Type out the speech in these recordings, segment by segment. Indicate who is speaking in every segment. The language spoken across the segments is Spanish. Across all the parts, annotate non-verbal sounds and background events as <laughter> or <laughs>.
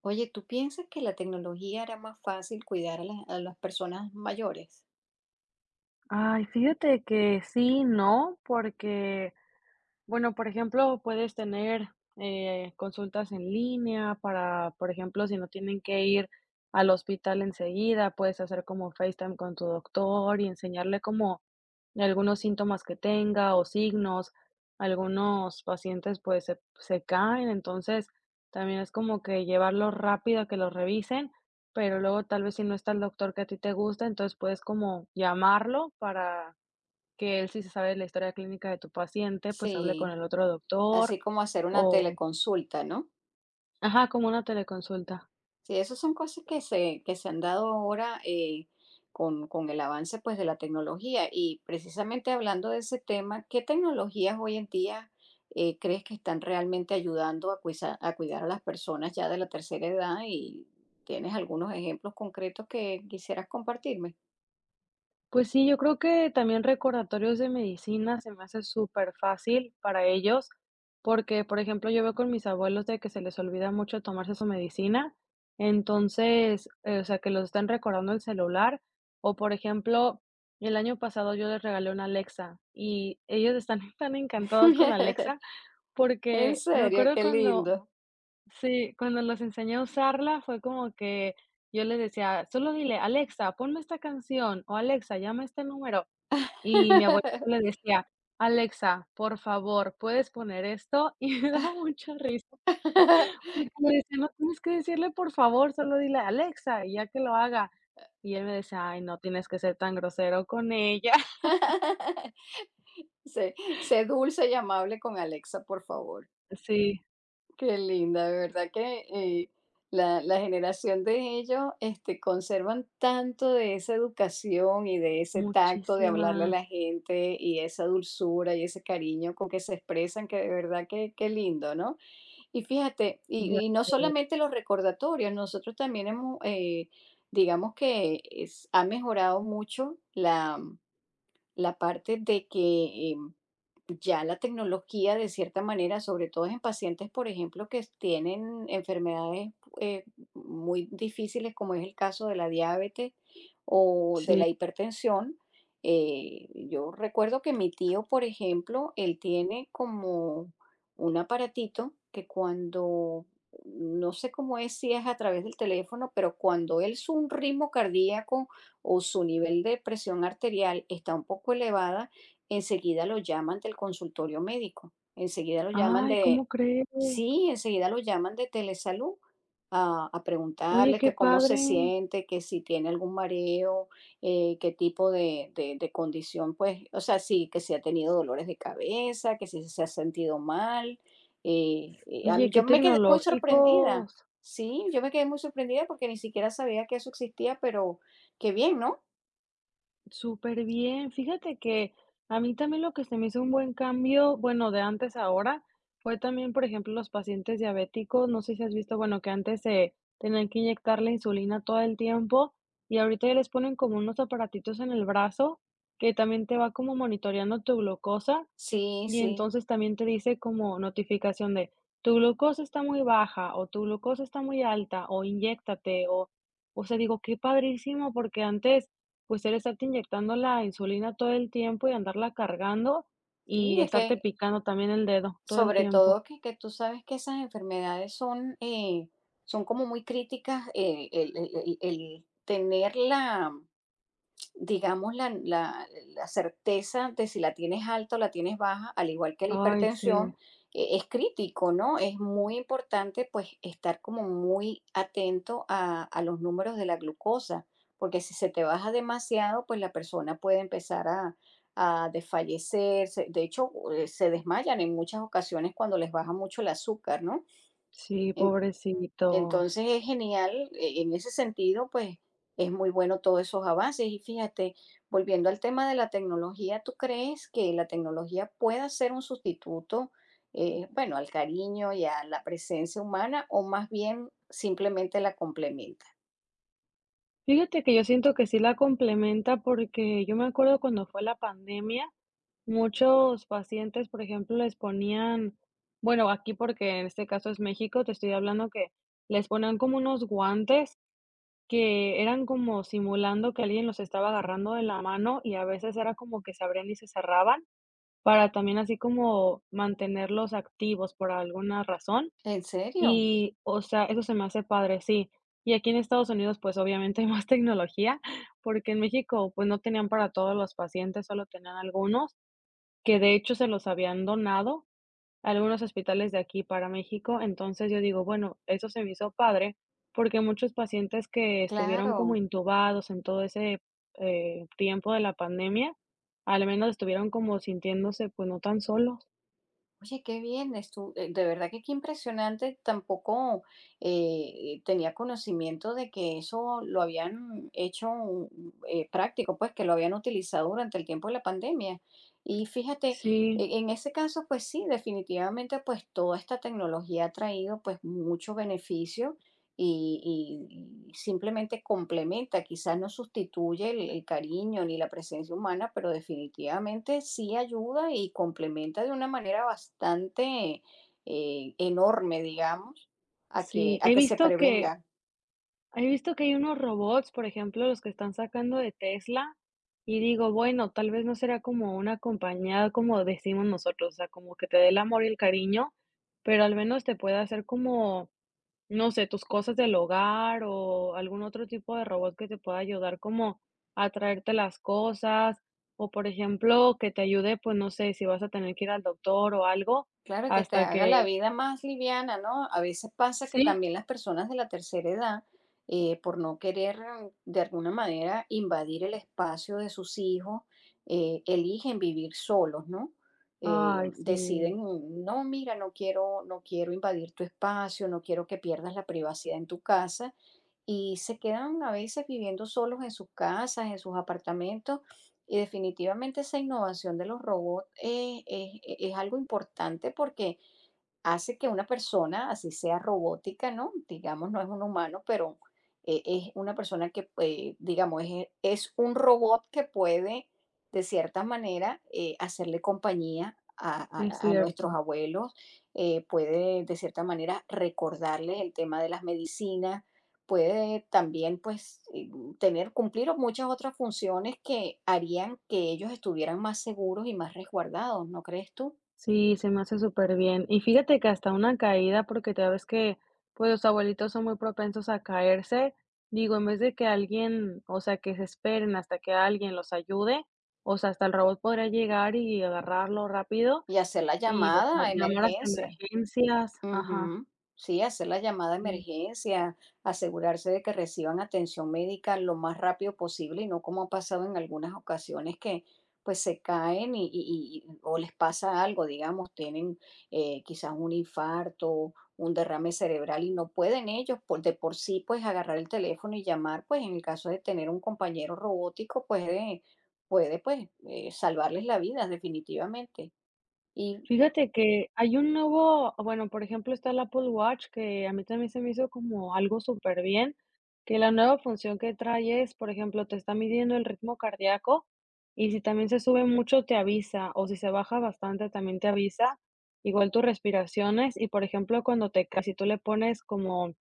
Speaker 1: Oye, ¿tú piensas que la tecnología era más fácil cuidar a las personas mayores?
Speaker 2: Ay, fíjate que sí, no, porque, bueno, por ejemplo, puedes tener, consultas en línea para, por ejemplo, si no tienen que ir al hospital enseguida, puedes hacer como FaceTime con tu doctor y enseñarle como algunos síntomas que tenga o signos. Algunos pacientes, pues, se caen, entonces también es como que llevarlo rápido a que lo revisen, pero luego tal vez si no está el doctor que a ti te gusta, entonces puedes como llamarlo para que él sí se sabe la historia clínica de tu paciente, pues hable con el
Speaker 1: Sí,
Speaker 2: otro doctor
Speaker 1: así como hacer una
Speaker 2: o
Speaker 1: teleconsulta, ¿no?
Speaker 2: ajá, como una teleconsulta.
Speaker 1: Sí, esas son cosas que se han dado ahora con el avance, pues, de la tecnología. Y precisamente hablando de ese tema, ¿qué tecnologías hoy en día crees que están realmente ayudando a, a cuidar a las personas ya de la tercera edad? ¿Y tienes algunos ejemplos concretos que quisieras compartirme?
Speaker 2: Pues sí, yo creo que también recordatorios de medicina se me hace súper fácil para ellos, porque, por ejemplo, yo veo con mis abuelos de que se les olvida mucho tomarse su medicina, entonces, o sea, que los están recordando el celular, o por ejemplo, el año pasado yo les regalé una Alexa y ellos están <laughs> tan encantados con la Alexa,
Speaker 1: <laughs> En
Speaker 2: porque me
Speaker 1: serio,
Speaker 2: acuerdo
Speaker 1: qué
Speaker 2: cuando
Speaker 1: lindo.
Speaker 2: sí, cuando los enseñé a usarla fue como que yo les decía: "Solo dile: Alexa, ponme esta canción", o Alexa, llama a este número, y mi abuelito le
Speaker 1: <laughs>
Speaker 2: decía: "Alexa, por favor, ¿puedes poner esto?". <laughs> Y me daba mucha risa, porque me decía: "No tienes que decirle por favor, solo dile: Alexa, y ya que lo haga". Y él me decía: "Ay, no tienes que ser tan grosero con ella". <laughs>
Speaker 1: Sé dulce y amable con Alexa, por favor.
Speaker 2: Sí,
Speaker 1: Qué linda, de verdad que, la generación de ellos, este, conservan tanto de esa educación y de ese tacto de hablarle a
Speaker 2: muchísima,
Speaker 1: la gente y esa dulzura y ese cariño con que se expresan, que de verdad que qué lindo, ¿no? Y fíjate, y
Speaker 2: ya
Speaker 1: y no
Speaker 2: sé,
Speaker 1: solamente los recordatorios, nosotros también hemos, digamos que es ha mejorado mucho la parte de que eh, ya la tecnología, de cierta manera, sobre todo en pacientes, por ejemplo, que tienen enfermedades eh, muy difíciles, como es el caso de la diabetes o de
Speaker 2: sí.
Speaker 1: la hipertensión. Yo recuerdo que mi tío, por ejemplo, él tiene como un aparatito que cuando, no sé cómo es, si es a través del teléfono, pero cuando él, su ritmo cardíaco o su nivel de presión arterial está un poco elevada, enseguida lo llaman del consultorio médico, enseguida lo llaman
Speaker 2: Ay, ¿cómo
Speaker 1: de,
Speaker 2: crees?
Speaker 1: sí, enseguida lo llaman de Telesalud a
Speaker 2: Oye,
Speaker 1: preguntarle
Speaker 2: qué
Speaker 1: que cómo se
Speaker 2: padre.
Speaker 1: siente, que si tiene algún mareo, qué tipo de, de condición, pues, o sea, sí, que si ha tenido dolores de cabeza, que si se ha sentido mal. A
Speaker 2: Oye,
Speaker 1: mí,
Speaker 2: qué
Speaker 1: yo me quedé muy sorprendida,
Speaker 2: tecnológicos,
Speaker 1: sí, yo me quedé muy sorprendida porque ni siquiera sabía que eso existía, pero qué bien, ¿no?
Speaker 2: súper bien. Fíjate que a mí también lo que se me hizo un buen cambio, bueno, de antes a ahora, fue también, por ejemplo, los pacientes diabéticos. No sé si has visto, bueno, que antes se tenían que inyectar la insulina todo el tiempo y ahorita ya les ponen como unos aparatitos en el brazo que también te va como monitoreando tu glucosa.
Speaker 1: Sí,
Speaker 2: Y
Speaker 1: sí,
Speaker 2: entonces también te dice como notificación de, tu glucosa está muy baja o tu glucosa está muy alta o inyéctate o sea, digo, qué padrísimo porque antes pues era estarte inyectando la insulina todo el tiempo y andarla cargando y
Speaker 1: sí, es
Speaker 2: estarte
Speaker 1: que
Speaker 2: picando también el dedo todo el
Speaker 1: sobre
Speaker 2: tiempo.
Speaker 1: todo que tú sabes que esas enfermedades son, son como muy críticas, el el tener la, digamos, la, la certeza de si la tienes alta o la tienes baja, al igual que la
Speaker 2: Ay, sí,
Speaker 1: hipertensión, es crítico, ¿no? Es muy importante, pues, estar como muy atento a los números de la glucosa, porque si se te baja demasiado, pues la persona puede empezar a desfallecer, de hecho, se desmayan en muchas ocasiones cuando les baja mucho el azúcar, ¿no?
Speaker 2: sí, pobrecitos.
Speaker 1: Entonces es genial, en ese sentido, pues es muy bueno todos esos avances. Y fíjate, volviendo al tema de la tecnología, ¿tú crees que la tecnología pueda ser un sustituto, bueno, al cariño y a la presencia humana, o más bien simplemente la complementa?
Speaker 2: Fíjate que yo siento que sí la complementa porque yo me acuerdo cuando fue la pandemia, muchos pacientes, por ejemplo, les ponían, bueno, aquí porque en este caso es México, te estoy hablando que les ponían como unos guantes que eran como simulando que alguien los estaba agarrando de la mano y a veces era como que se abrían y se cerraban para también así como mantenerlos activos por alguna razón.
Speaker 1: ¿En serio?
Speaker 2: Y, o sea, eso se me hace padre, sí. Y aquí en Estados Unidos, pues obviamente hay más <laughs> tecnología, porque en México, pues no tenían para todos los pacientes, solo tenían algunos que de hecho se los habían donado a algunos hospitales de aquí para México. Entonces yo digo, bueno, eso se me hizo padre, porque muchos pacientes que estuvieron como
Speaker 1: Claro.
Speaker 2: intubados en todo ese, tiempo de la pandemia, al menos estuvieron como sintiéndose, pues, no tan solos.
Speaker 1: Oye, qué bien, de verdad que qué impresionante. Tampoco tenía conocimiento de que eso lo habían hecho, mm, práctico, pues, que lo habían utilizado durante el tiempo de la pandemia. Y fíjate,
Speaker 2: Sí,
Speaker 1: en ese caso, pues sí, definitivamente, pues toda esta tecnología ha traído pues mucho beneficio y simplemente complementa, quizás no sustituye el cariño ni la presencia humana, pero definitivamente sí ayuda y complementa de una manera bastante enorme, digamos,
Speaker 2: sí.
Speaker 1: a que se prevenga.
Speaker 2: He visto que hay unos robots, por ejemplo, los que están sacando de Tesla, y digo, bueno, tal vez no será como una compañía como decimos nosotros, o sea, como que te dé el amor y el cariño, pero al menos te puede hacer como, no sé, tus cosas del hogar o algún otro tipo de robot que te pueda ayudar como a traerte las cosas, o por ejemplo, que te ayude, pues no sé, si vas a tener que ir al doctor o algo,
Speaker 1: Claro, y que te
Speaker 2: hasta
Speaker 1: haga
Speaker 2: que...
Speaker 1: la vida más liviana, ¿no? A veces pasa que
Speaker 2: Sí,
Speaker 1: también las personas de la tercera edad, por no querer, mm, de alguna manera invadir el espacio de sus hijos, eligen vivir solos, ¿no?
Speaker 2: ay, sí,
Speaker 1: Deciden, mm, no, mira, no quiero, no quiero invadir tu espacio, no quiero que pierdas la privacidad en tu casa, y se quedan a veces viviendo solos en sus casas, en sus apartamentos, y definitivamente esa innovación de los robots, es algo importante porque hace que una persona, así sea robótica, ¿no? Digamos, no es un humano, pero es una persona que, digamos, es un robot que puede, de cierta manera, hacerle compañía a,
Speaker 2: es
Speaker 1: a nuestros
Speaker 2: cierto.
Speaker 1: abuelos, puede, de cierta manera, recordarles el tema de las medicinas, puede también, pues, tener, cumplir muchas otras funciones que harían que ellos estuvieran más seguros y más resguardados, ¿no crees tú?
Speaker 2: Sí, se me hace súper bien. Y fíjate que hasta una caída, porque ya ves que, pues, los abuelitos son muy propensos a caerse. Digo, en vez de que alguien, o sea, que se esperen hasta que alguien los ayude, o sea, hasta el robot podría llegar y agarrarlo rápido
Speaker 1: Y hacer la
Speaker 2: y, o sea,
Speaker 1: llamada a
Speaker 2: llamar hasta
Speaker 1: emergencia.
Speaker 2: emergencias. Ajá,
Speaker 1: Ujú. Sí, hacer la llamada a
Speaker 2: sí.
Speaker 1: emergencia, asegurarse de que reciban atención médica lo más rápido posible y no como ha pasado en algunas ocasiones, que pues se caen y, o les pasa algo, digamos, tienen quizás un infarto, un derrame cerebral y no pueden ellos por de por sí pues agarrar el teléfono y llamar, pues en el caso de tener un compañero robótico puede, puede pues salvarles la vida definitivamente. Y
Speaker 2: Fíjate que hay un nuevo, bueno, por ejemplo, está el Apple Watch, que a mí también se me hizo como algo súper bien, que la nueva función que trae es, por ejemplo, te está midiendo el ritmo cardíaco y si también se sube mucho te avisa o si se baja bastante también te avisa, igual tus respiraciones y, por ejemplo, cuando te caes, si tú le pones como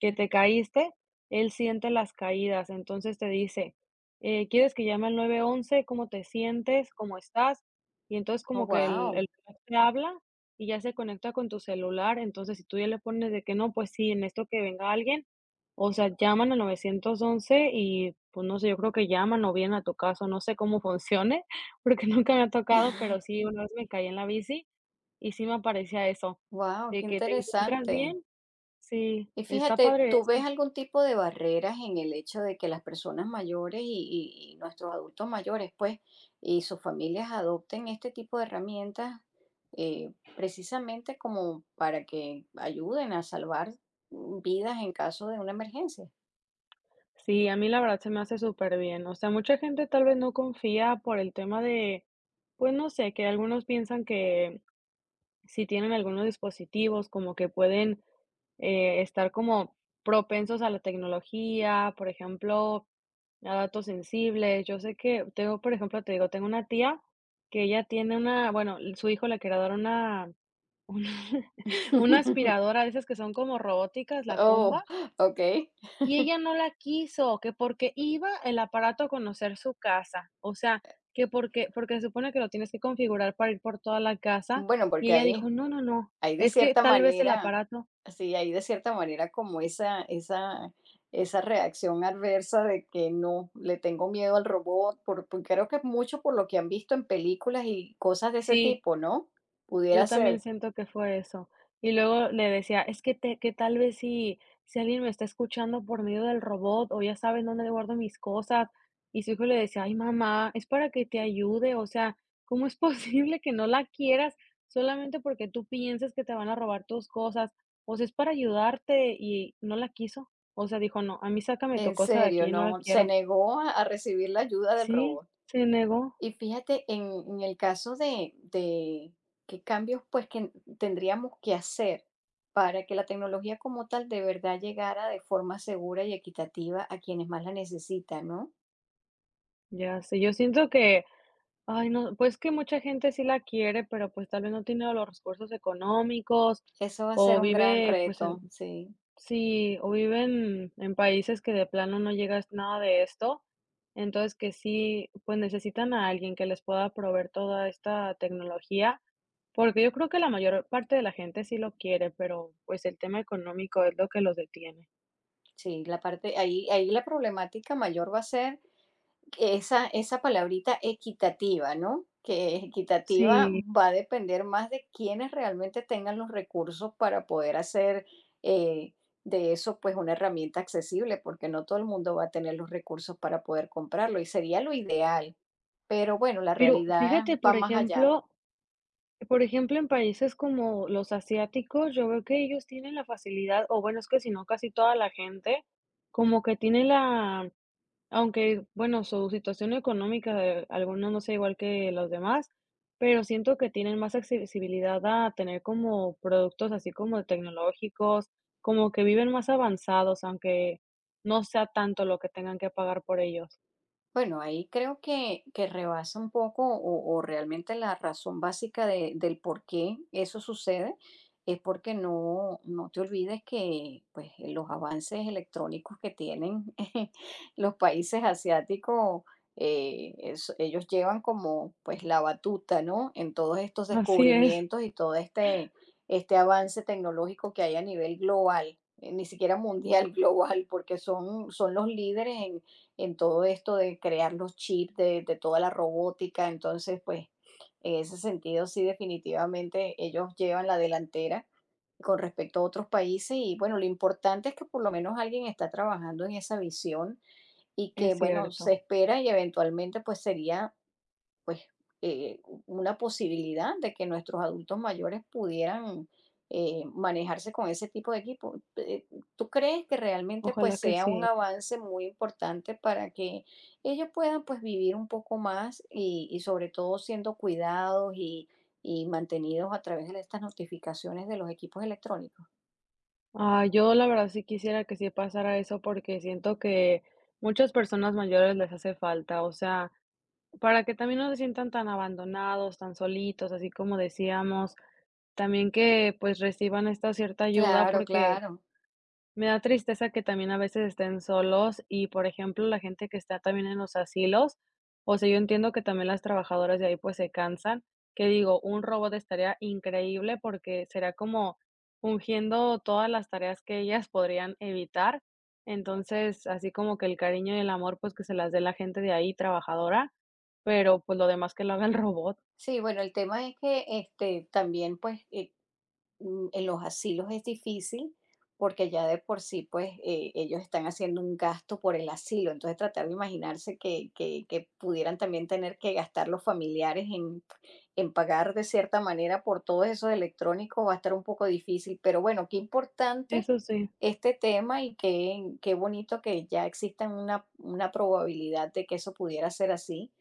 Speaker 2: que te caíste, él siente las caídas, entonces te dice, ¿quieres que llame al 911? ¿Cómo te sientes? ¿Cómo estás? Y entonces como que el
Speaker 1: wow,
Speaker 2: reloj te habla y ya se conecta con tu celular, entonces si tú ya le pones de que no, pues sí, en esto que venga alguien, o sea, llaman al 911 y pues no sé, yo creo que llaman o vienen a tu casa, no sé cómo funcione, <laughs> porque nunca me ha tocado, pero sí, una vez me caí en la bici y sí me aparecía eso,
Speaker 1: wow, <laughs>
Speaker 2: de
Speaker 1: qué
Speaker 2: que te encuentras
Speaker 1: interesante.
Speaker 2: bien. Sí,
Speaker 1: Y
Speaker 2: está
Speaker 1: fíjate,
Speaker 2: padre
Speaker 1: ¿tú
Speaker 2: eso.
Speaker 1: ves algún tipo de barreras en el hecho de que las personas mayores y, y nuestros adultos mayores, pues, y sus familias adopten este tipo de herramientas precisamente como para que ayuden a salvar, mm, vidas en caso de una emergencia?
Speaker 2: Sí, a mí la verdad se me hace súper bien. O sea, mucha gente tal vez no confía por el tema de, pues no sé, que algunos piensan que si tienen algunos dispositivos como que pueden estar como propensos a la tecnología, por ejemplo, a datos sensibles. Yo sé que tengo, por ejemplo, te digo, tengo una tía que ella tiene una, bueno, su hijo le quería dar una, <laughs> una, una
Speaker 1: <laughs>
Speaker 2: aspiradora de esas que son como robóticas, la
Speaker 1: Oh,
Speaker 2: Cumba.
Speaker 1: ok.
Speaker 2: Y ella no la quiso, que porque iba el aparato a conocer su casa, o sea, que porque se supone que lo tienes que configurar para ir por toda la casa,
Speaker 1: Bueno,
Speaker 2: y
Speaker 1: porque
Speaker 2: ella dijo:
Speaker 1: ahí
Speaker 2: "No, no, no,
Speaker 1: hay de
Speaker 2: es que
Speaker 1: cierta
Speaker 2: tal vez el
Speaker 1: manera,
Speaker 2: aparato".
Speaker 1: sí, hay de cierta manera como esa, esa reacción adversa de que no, le tengo miedo al robot, por creo que es mucho por lo que han visto en películas y cosas de ese
Speaker 2: Sí.
Speaker 1: tipo, ¿no?
Speaker 2: Yo
Speaker 1: Pudiera
Speaker 2: también
Speaker 1: ser.
Speaker 2: siento que fue eso. Y luego le decía, es que te que tal vez si alguien me está escuchando por medio del robot o ya saben dónde guardo mis cosas. Y su hijo le decía, ay, mamá, es para que te ayude. O sea, ¿cómo es <laughs> posible que no la quieras solamente porque tú piensas que te van a robar tus cosas? O sea, es para ayudarte y no la quiso. O sea, dijo, no, a mí sácame tu
Speaker 1: En
Speaker 2: cosa de
Speaker 1: serio,
Speaker 2: aquí, no la
Speaker 1: no, se
Speaker 2: quiero.
Speaker 1: negó a recibir la ayuda del
Speaker 2: Sí,
Speaker 1: robot.
Speaker 2: se negó.
Speaker 1: Y fíjate, en el caso de qué cambios, pues, que tendríamos que hacer para que la tecnología como tal de verdad llegara de forma segura y equitativa a quienes más la necesitan, ¿no?
Speaker 2: Ya sé, yo siento que ay, no, pues que mucha gente sí la quiere, pero pues tal vez no tiene los recursos económicos
Speaker 1: Eso va a ser
Speaker 2: o
Speaker 1: un gran
Speaker 2: vive, pues
Speaker 1: reto,
Speaker 2: en,
Speaker 1: sí,
Speaker 2: sí, o viven en países que de plano no llega nada de esto. Entonces que sí, pues necesitan a alguien que les pueda proveer toda esta tecnología, porque yo creo que la mayor parte de la gente sí lo quiere, pero pues el tema económico es lo que los detiene.
Speaker 1: sí, la parte, ahí, ahí la problemática mayor va a ser esa, esa palabrita equitativa, ¿no? Que equitativa
Speaker 2: Sí,
Speaker 1: va a depender más de quienes realmente tengan los recursos para poder hacer, eh, de eso, pues, una herramienta accesible, porque no todo el mundo va a tener los recursos para poder comprarlo, y sería lo ideal. Pero bueno, la
Speaker 2: pero
Speaker 1: realidad
Speaker 2: fíjate,
Speaker 1: va
Speaker 2: por
Speaker 1: más allá.
Speaker 2: ejemplo, por ejemplo, en países como los asiáticos, yo veo que ellos tienen la facilidad, o bueno, es que si no, casi toda la gente, como que tiene la, aunque bueno, su situación económica, de algunos no sea igual que los demás, pero siento que tienen más accesibilidad a tener como productos así como tecnológicos, como que viven más avanzados, aunque no sea tanto lo que tengan que pagar por ellos.
Speaker 1: Bueno, ahí creo que rebasa un poco o realmente la razón básica del por qué eso sucede es porque no, no te olvides que, pues, los avances electrónicos que tienen <laughs> los países asiáticos, ellos llevan como, pues, la batuta, ¿no? En todos estos
Speaker 2: <laughs> Así
Speaker 1: descubrimientos y todo este, este avance tecnológico que hay a nivel global, ni siquiera mundial, <laughs> global, porque son, son los líderes en todo esto de crear los chips, de toda la robótica. Entonces, pues, en ese sentido, sí, definitivamente ellos llevan la delantera con respecto a otros países, y bueno, lo importante es que por lo menos alguien está trabajando en esa visión y que
Speaker 2: es
Speaker 1: bueno, se
Speaker 2: cierto.
Speaker 1: espera y eventualmente, pues sería pues, eh, una posibilidad de que nuestros adultos mayores pudieran manejarse con ese tipo de equipo. ¿Tú crees que realmente
Speaker 2: Ojalá
Speaker 1: pues
Speaker 2: que
Speaker 1: sea un
Speaker 2: sí.
Speaker 1: avance muy importante para que ellos puedan pues vivir un poco más y sobre todo siendo cuidados y mantenidos a través de estas notificaciones de los equipos electrónicos?
Speaker 2: Ah, yo la verdad sí quisiera que sí pasara eso porque siento que muchas personas mayores les hace falta, o sea, para que también no se sientan tan abandonados, tan solitos, así como decíamos, también que pues reciban esta cierta ayuda
Speaker 1: Claro,
Speaker 2: porque
Speaker 1: claro.
Speaker 2: me da tristeza que también a veces estén solos y, por ejemplo, la gente que está también en los asilos, o sea, yo entiendo que también las trabajadoras de ahí, pues, se cansan, que digo, un robot estaría increíble porque será como ungiendo todas las tareas que ellas podrían evitar. Entonces, así como que el cariño y el amor, pues, que se las dé la gente de ahí trabajadora, pero, pues, lo demás que lo haga el <laughs> robot.
Speaker 1: Sí, bueno, el tema es que este también pues en los asilos es difícil, porque ya de por sí, pues ellos están haciendo un gasto por el asilo. Entonces, tratar de imaginarse que, que pudieran también tener que gastar los familiares en pagar de cierta manera por todos esos electrónicos va a estar un poco difícil, pero bueno, qué importante
Speaker 2: Eso sí.
Speaker 1: este tema y qué, qué bonito que ya exista una probabilidad de que eso pudiera ser así,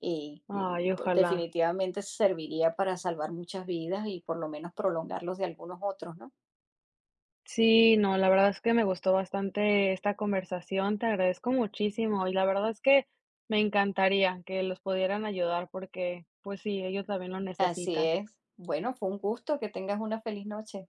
Speaker 1: y,
Speaker 2: Ay,
Speaker 1: pues,
Speaker 2: ojalá.
Speaker 1: definitivamente serviría para salvar muchas vidas y por lo menos prolongarlos de algunos otros, ¿no?
Speaker 2: Sí, no, la verdad es que me gustó bastante esta conversación, te agradezco muchísimo y la verdad es que me encantaría que los pudieran ayudar porque, pues sí, ellos también lo
Speaker 1: Así
Speaker 2: necesitan.
Speaker 1: es. Bueno, fue un gusto, que tengas una feliz noche.